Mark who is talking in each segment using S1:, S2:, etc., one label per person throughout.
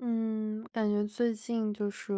S1: 嗯，感觉最近就是，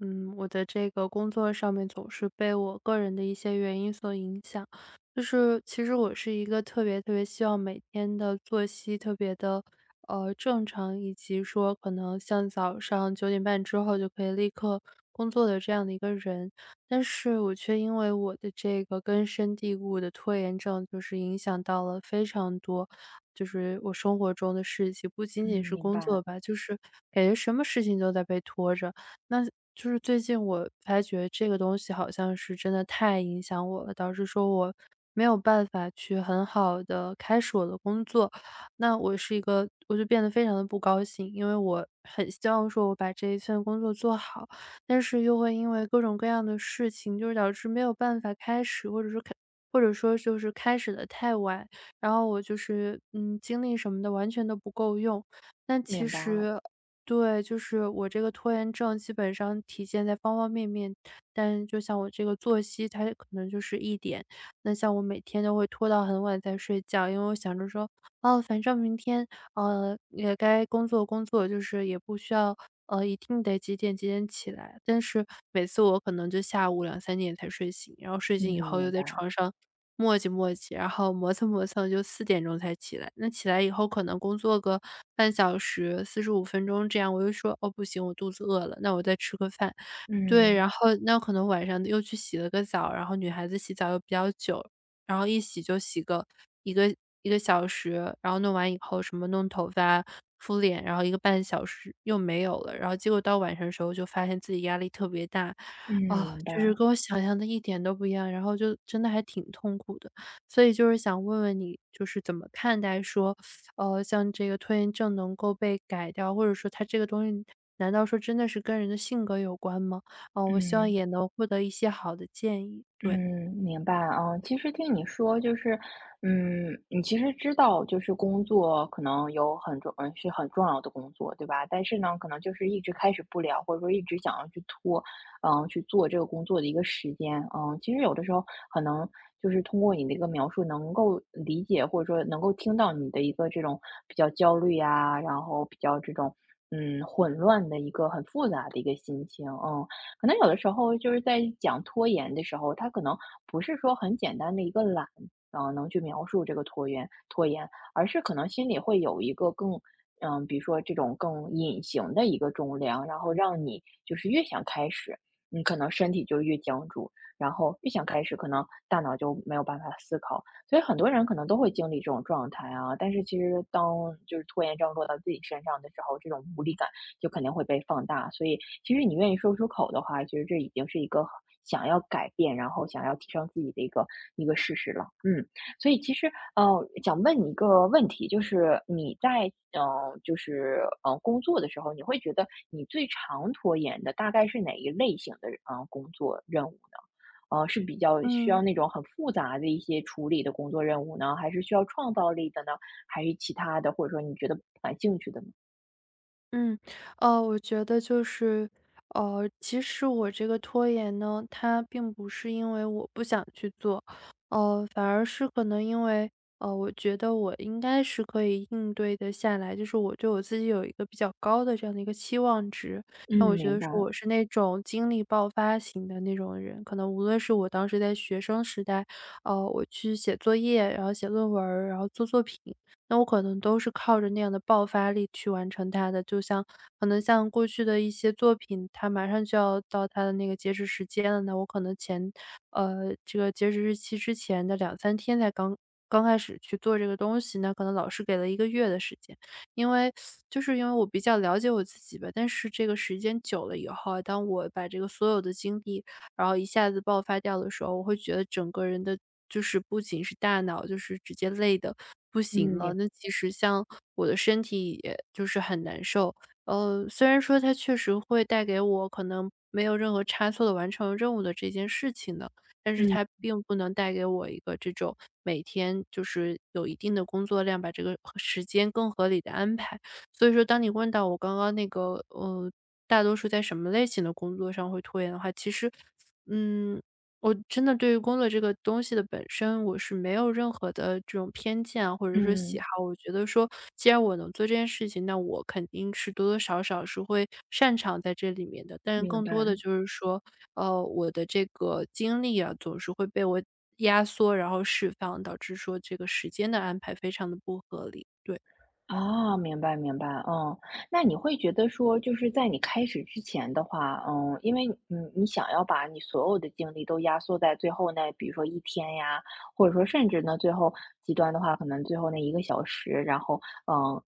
S1: 我的这个工作上面总是被我个人的一些原因所影响。就是其实我是一个特别特别希望每天的作息特别的，正常，以及说可能像早上9点半之后就可以立刻工作的这样的一个人。但是我却因为我的这个根深蒂固的拖延症，就是影响到了非常多。就是我生活中的事情，不仅
S2: 嗯，
S1: 仅是
S2: 明
S1: 工作
S2: 白，
S1: 吧，就是感觉什么事情都在被拖着。那就是最近我发觉这个东西好像是真的太影响我了，导致说我没有办法去很好的开始我的工作。那我是一个，我就变得非常的不高兴，因为我很希望说我把这一份工作做好，但是又会因为各种各样的事情，就是导致没有办法开始，或者说就是开始的太晚。然后我就是，精力什么的完全都不够用。那其
S2: 明白，
S1: 实对，就是我这个拖延症基本上体现在方方面面，但就像我这个作息，它可能就是一点。那像我每天都会拖到很晚才睡觉，因为我想着说，哦，反正明天也该工作工作，就是也不需要，一定得几点几点起来。但是每次我可能就下午2、3点才睡醒，然后睡
S2: 嗯，
S1: 醒以后又
S2: 明
S1: 在
S2: 白，
S1: 床上磨叽磨叽，然后磨蹭磨蹭就4点钟才起来。那起来以后可能工作个半小时、45分钟这样，我又说：“哦，不行，我肚子饿了，那我再吃个饭。”对，
S2: 嗯，
S1: 然后那可能晚上又去洗了个澡，然后女孩子洗澡又比较久。然后一洗就洗个一个一个小时，然后弄完以后什么弄头发、敷脸，然后一个半小时又没有了。然后结果到晚上的时候就发现自己压力特别大，
S2: 嗯，
S1: 啊，
S2: 明白，
S1: 就是跟我想象的一点都不一样，然后就真的还挺痛苦的。所以就是想问问你，就是怎么看待说，像这个拖延症能够被改掉，或者说它这个东西难道说真的是跟人的性格有关吗？哦，我希望
S2: 嗯。
S1: 也能获得一些好的建议，
S2: 嗯，
S1: 对。
S2: 明白啊。其实听你说就是，嗯，你其实知道就是工作可能有很重嗯，是很重要的工作，对吧？但是呢，可能就是一直开始不了，或者说一直想要去拖，嗯，去做这个工作的一个时间。嗯，其实有的时候可能就是通过你的一个描述，能够理解或者说能够听到你的一个这种比较焦虑啊，然后比较这种。嗯，混乱的一个很复杂的一个心情，嗯，可能有的时候就是在讲拖延的时候，它可能不是说很简单的一个懒，啊，能去描述这个拖延，而是可能心里会有一个更，嗯、比如说这种更隐形的一个重量，然后让你就是越想开始，你可能身体就越僵住，然后越想开始，可能大脑就没有办法思考，所以很多人可能都会经历这种状态啊。但是其实当就是拖延症落到自己身上的时候，这种无力感就肯定会被放大。所以，其实你愿意说出口的话，其实这已经是一个想要改变，然后想要提升自己的一个事实了。嗯，所以其实想问你一个问题，就是你在就是工作的时候，你会觉得你最常拖延的大概是哪一类型的工作任务呢？是比较需
S1: 嗯。
S2: 要那种很复杂的一些处理的工作任务呢，还是需要创造力的呢？还是其他的，或者说你觉得不感兴趣的呢？
S1: 嗯，我觉得就是，其实我这个拖延呢，它并不是因为我不想去做，反而是可能因为，我觉得我应该是可以应对的下来，就是我对我自己有一个比较高的这样的一个期望值。
S2: 嗯，
S1: 那我觉
S2: 明
S1: 得
S2: 白。
S1: 说我是那种精力爆发型的那种人，可能无论是我当时在学生时代，我去写作业，然后写论文儿然后做作品，那我可能都是靠着那样的爆发力去完成它的。就像可能像过去的一些作品，它马上就要到它的那个截止时间了，那我可能前这个截止日期之前的2、3天才刚刚开始去做这个东西，那可能老师给了一个月的时间。因为就是因为我比较了解我自己吧，但是这个时间久了以后啊当我把这个所有的精力然后一下子爆发掉的时候，我会觉得整个人的就是不仅是大脑，就是直接累的不
S2: 嗯，
S1: 行了。
S2: 明
S1: 那其实像我的身体也就是很难受。虽然说它确实会带给我可能没有任何差错的完成任务的这件事情呢，但是
S2: 嗯
S1: 它并不能带给我一个这种每天就是有一定的工作量，把这个时间更合理的安排。所以说，当你问到我刚刚那个，大多数在什么类型的工作上会拖延的话，其实，嗯，我真的对于工作这个东西的本身，我是没有任何的这种偏见啊，或者说喜
S2: 嗯，
S1: 好。我觉得说，既然我能做这件事情，那我肯定是多多少少是会擅长在这里面的。但是
S2: 明
S1: 更多的
S2: 白。
S1: 就是说，我的这个精力啊，总是会被我压缩，然后释放，导致说这个时间的安排非常的不合理。对。
S2: 啊，明白明白，嗯。那你会觉得说，就是在你开始之前的话，嗯，因为你想要把你所有的精力都压缩在最后那，比如说一天呀，或者说甚至呢，最后极端的话，可能最后那一个小时，然后，嗯，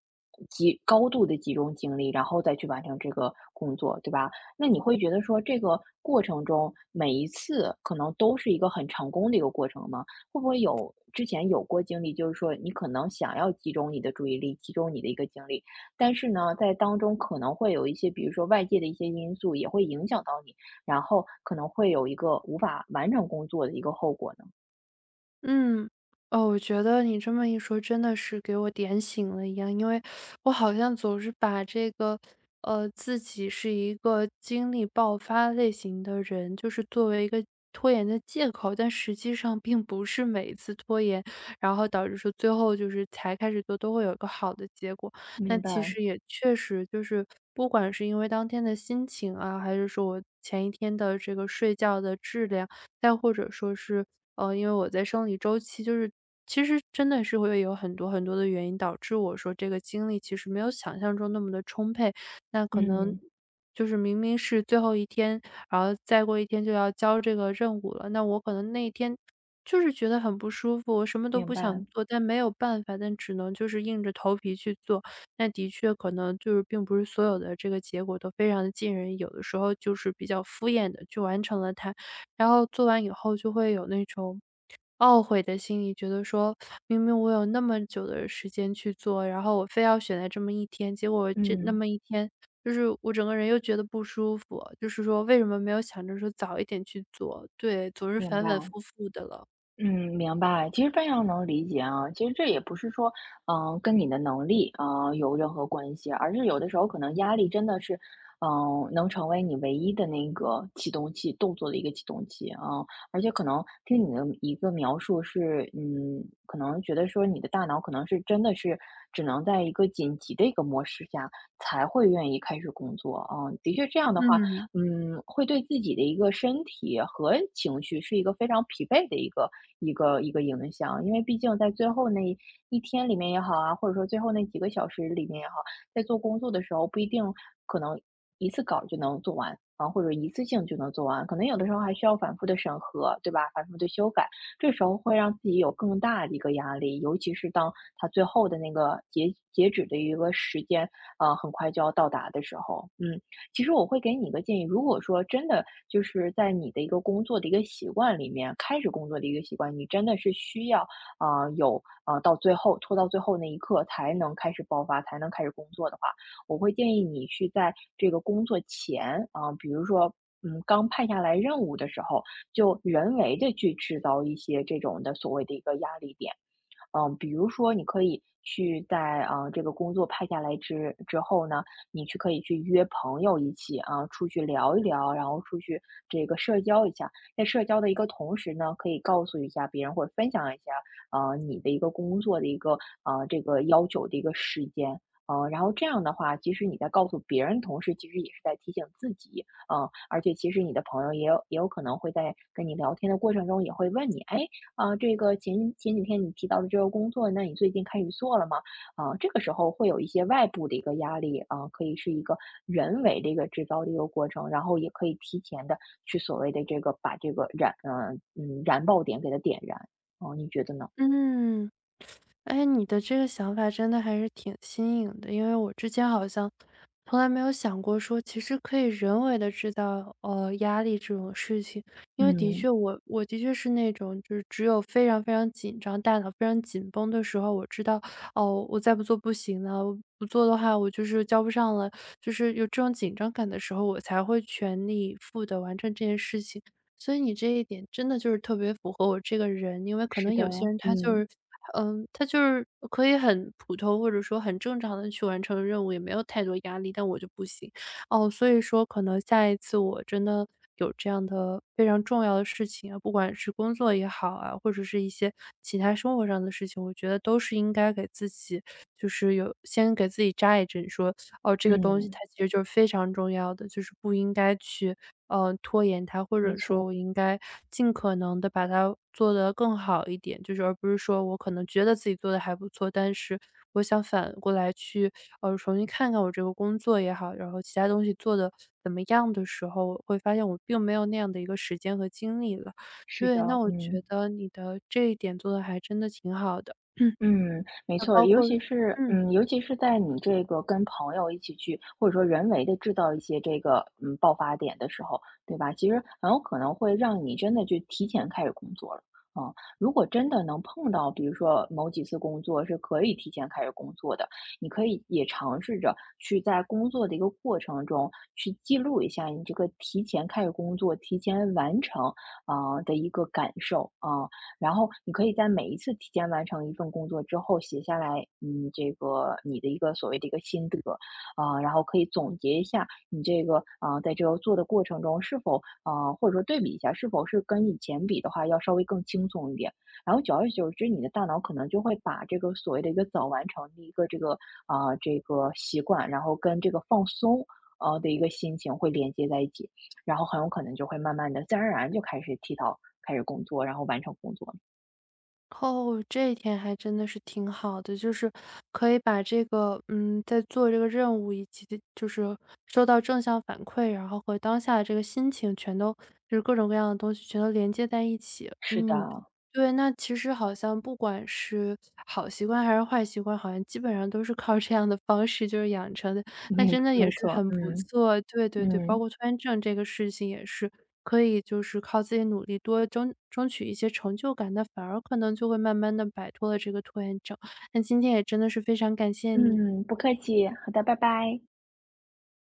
S2: 集高度的集中精力，然后再去完成这个工作，对吧？那你会觉得说这个过程中，每一次可能都是一个很成功的一个过程吗？会不会有之前有过经历，就是说你可能想要集中你的注意力，集中你的一个精力，但是呢，在当中可能会有一些，比如说外界的一些因素也会影响到你，然后可能会有一个无法完成工作的一个后果呢？
S1: 嗯，哦，我觉得你这么一说，真的是给我点醒了一样。因为我好像总是把这个，自己是一个精力爆发类型的人，就是作为一个拖延的借口，但实际上并不是每一次拖延，然后导致说最后就是才开始做，都会有一个好的结果。那
S2: 明
S1: 其
S2: 白，
S1: 实也确实就是，不管是因为当天的心情啊，还是说我前一天的这个睡觉的质量。再或者说是，因为我在生理周期就是其实真的是会有很多很多的原因导致我说这个精力其实没有想象中那么的充沛。那可能
S2: 嗯，
S1: 就是明明是最后一天，然后再过一天就要交这个任务了，那我可能那一天就是觉得很不舒服，我什么都
S2: 明
S1: 不想
S2: 白，
S1: 做，但没有办法，但只能就是硬着头皮去做。那的确可能就是并不是所有的这个结果都非常的尽人意有的时候就是比较敷衍的去完成了它。然后做完以后就会有那种懊悔的心理，觉得说明明我有那么久的时间去做，然后我非要选在这么一天，结果这那
S2: 嗯，
S1: 么一天，就是我整个人又觉得不舒服，就是说为什么没有想着说早一点去做？对，总是
S2: 明
S1: 反
S2: 白。
S1: 反复复的了。
S2: 嗯，明白，其实非常能理解啊。其实这也不是说，嗯、跟你的能力啊、有任何关系，而是有的时候可能压力真的是，嗯、能成为你唯一的那个启动器，动作的一个启动器啊、而且可能听你的一个描述是，嗯，可能觉得说你的大脑可能是真的是只能在一个紧急的一个模式下才会愿意开始工作啊、的确，这样的话，
S1: 嗯
S2: 嗯，会对自己的一个身体和情绪是一个非常疲惫的一个影响。因为毕竟在最后那一天里面也好啊，或者说最后那几个小时里面也好，在做工作的时候不一定可能一次稿儿就能做完啊，或者一次性就能做完，可能有的时候还需要反复的审核，对吧？反复的修改，这时候会让自己有更大的一个压力，尤其是当它最后的那个截止的一个时间啊，很快就要到达的时候，嗯。其实我会给你一个建议，如果说真的就是在你的一个工作的一个习惯里面，开始工作的一个习惯，你真的是需要啊、有啊、到最后拖到最后那一刻才能开始爆发，才能开始工作的话，我会建议你去在这个工作前啊、比如说。嗯，刚派下来任务的时候，就人为的去制造一些这种的所谓的一个压力点，嗯、比如说你可以去在这个工作派下来之后呢，你去可以去约朋友一起啊、出去聊一聊，然后出去这个社交一下，在社交的一个同时呢，可以告诉一下别人或者分享一下你的一个工作的一个啊这个要求的一个时间。嗯，然后这样的话，其实你在告诉别人的同时，其实也是在提醒自己，嗯，而且其实你的朋友也有可能会在跟你聊天的过程中也会问你，哎，啊，这个前几天你提到的这个工作，那你最近开始做了吗？啊，这个时候会有一些外部的一个压力啊，可以是一个人为的一个制造的一个过程，然后也可以提前的去所谓的这个把这个燃，嗯嗯，燃爆点给它点燃，哦，你觉得呢？
S1: 嗯。哎，你的这个想法真的还是挺新颖的，因为我之前好像从来没有想过说，其实可以人为的制造，压力这种事情。因为的
S2: 嗯，
S1: 确我的确是那种就是只有非常非常紧张，大脑非常紧绷的时候，我知道，哦，我再不做不行了，我不做的话我就是交不上了，就是有这种紧张感的时候，我才会全力以赴的完成这件事情。所以你这一点真的就是特别符合我这个人，因为可
S2: 是
S1: 能
S2: 的，
S1: 有些人他就
S2: 嗯。
S1: 是他就是可以很普通或者说很正常的去完成任务，也没有太多压力，但我就不行。哦，所以说可能下一次我真的有这样的非常重要的事情啊，不管是工作也好啊，或者是一些其他生活上的事情，我觉得都是应该给自己就是有先给自己扎一针，说，哦，这个东西
S2: 嗯，
S1: 它其实就是非常重要的，就是不应该去，拖延它，或
S2: 没
S1: 者说
S2: 错，
S1: 我应该尽可能的把它做得更好一点。就是而不是说我可能觉得自己做的还不错，但是我想反过来去，重新看看我这个工作也好，然后其他东西做的怎么样的时候，我会发现我并没有那样的一个时间和精力了。
S2: 是的，
S1: 对，那我觉
S2: 嗯。
S1: 得你的这一点做的还真的挺好的，
S2: 嗯，没
S1: 那
S2: 错，
S1: 包
S2: 尤
S1: 括
S2: 其是
S1: 嗯。
S2: 嗯，尤其是在你这个跟朋友一起去，或者说人为的制造一些这个，嗯，爆发点的时候，对吧？其实很有可能会让你真的就提前开始工作了，嗯。如果真的能碰到，比如说某几次工作是可以提前开始工作的，你可以也尝试着去在工作的一个过程中，去记录一下你这个提前开始工作、提前完成，啊，的一个感受，啊。然后你可以在每一次提前完成一份工作之后，写下来，嗯，这个你的一个所谓的一个心得，啊、然后可以总结一下你这个啊、在这个做的过程中是否啊、或者说对比一下是否是跟以前比的话要稍微更轻松一点。然后久而久之，你的大脑可能就会把这个所谓的一个早完成的一个这个啊、这个习惯，然后跟这个放松。的一个心情会连接在一起，然后很有可能就会慢慢的、自然而然就开始提到开始工作，然后完成工作。
S1: 哦，这一点还真的是挺好的，就是可以把这个，在做这个任务以及就是收到正向反馈，然后和当下的这个心情全都就是各种各样的东西全都连接在一起。
S2: 是的。
S1: 嗯，对，那其实好像不管是好习惯还是坏习惯，好像基本上都是靠这样的方式就是养成的。那
S2: 没
S1: 真的也
S2: 没
S1: 是
S2: 错，
S1: 很不
S2: 嗯，
S1: 错。对对对，包
S2: 嗯，
S1: 括拖延症这个事情也是，可以就是靠自己努力多争取一些成就感，那反而可能就会慢慢的摆脱了这个拖延症。那今天也真的是非常感谢你。
S2: 嗯，不客气，好的，拜拜。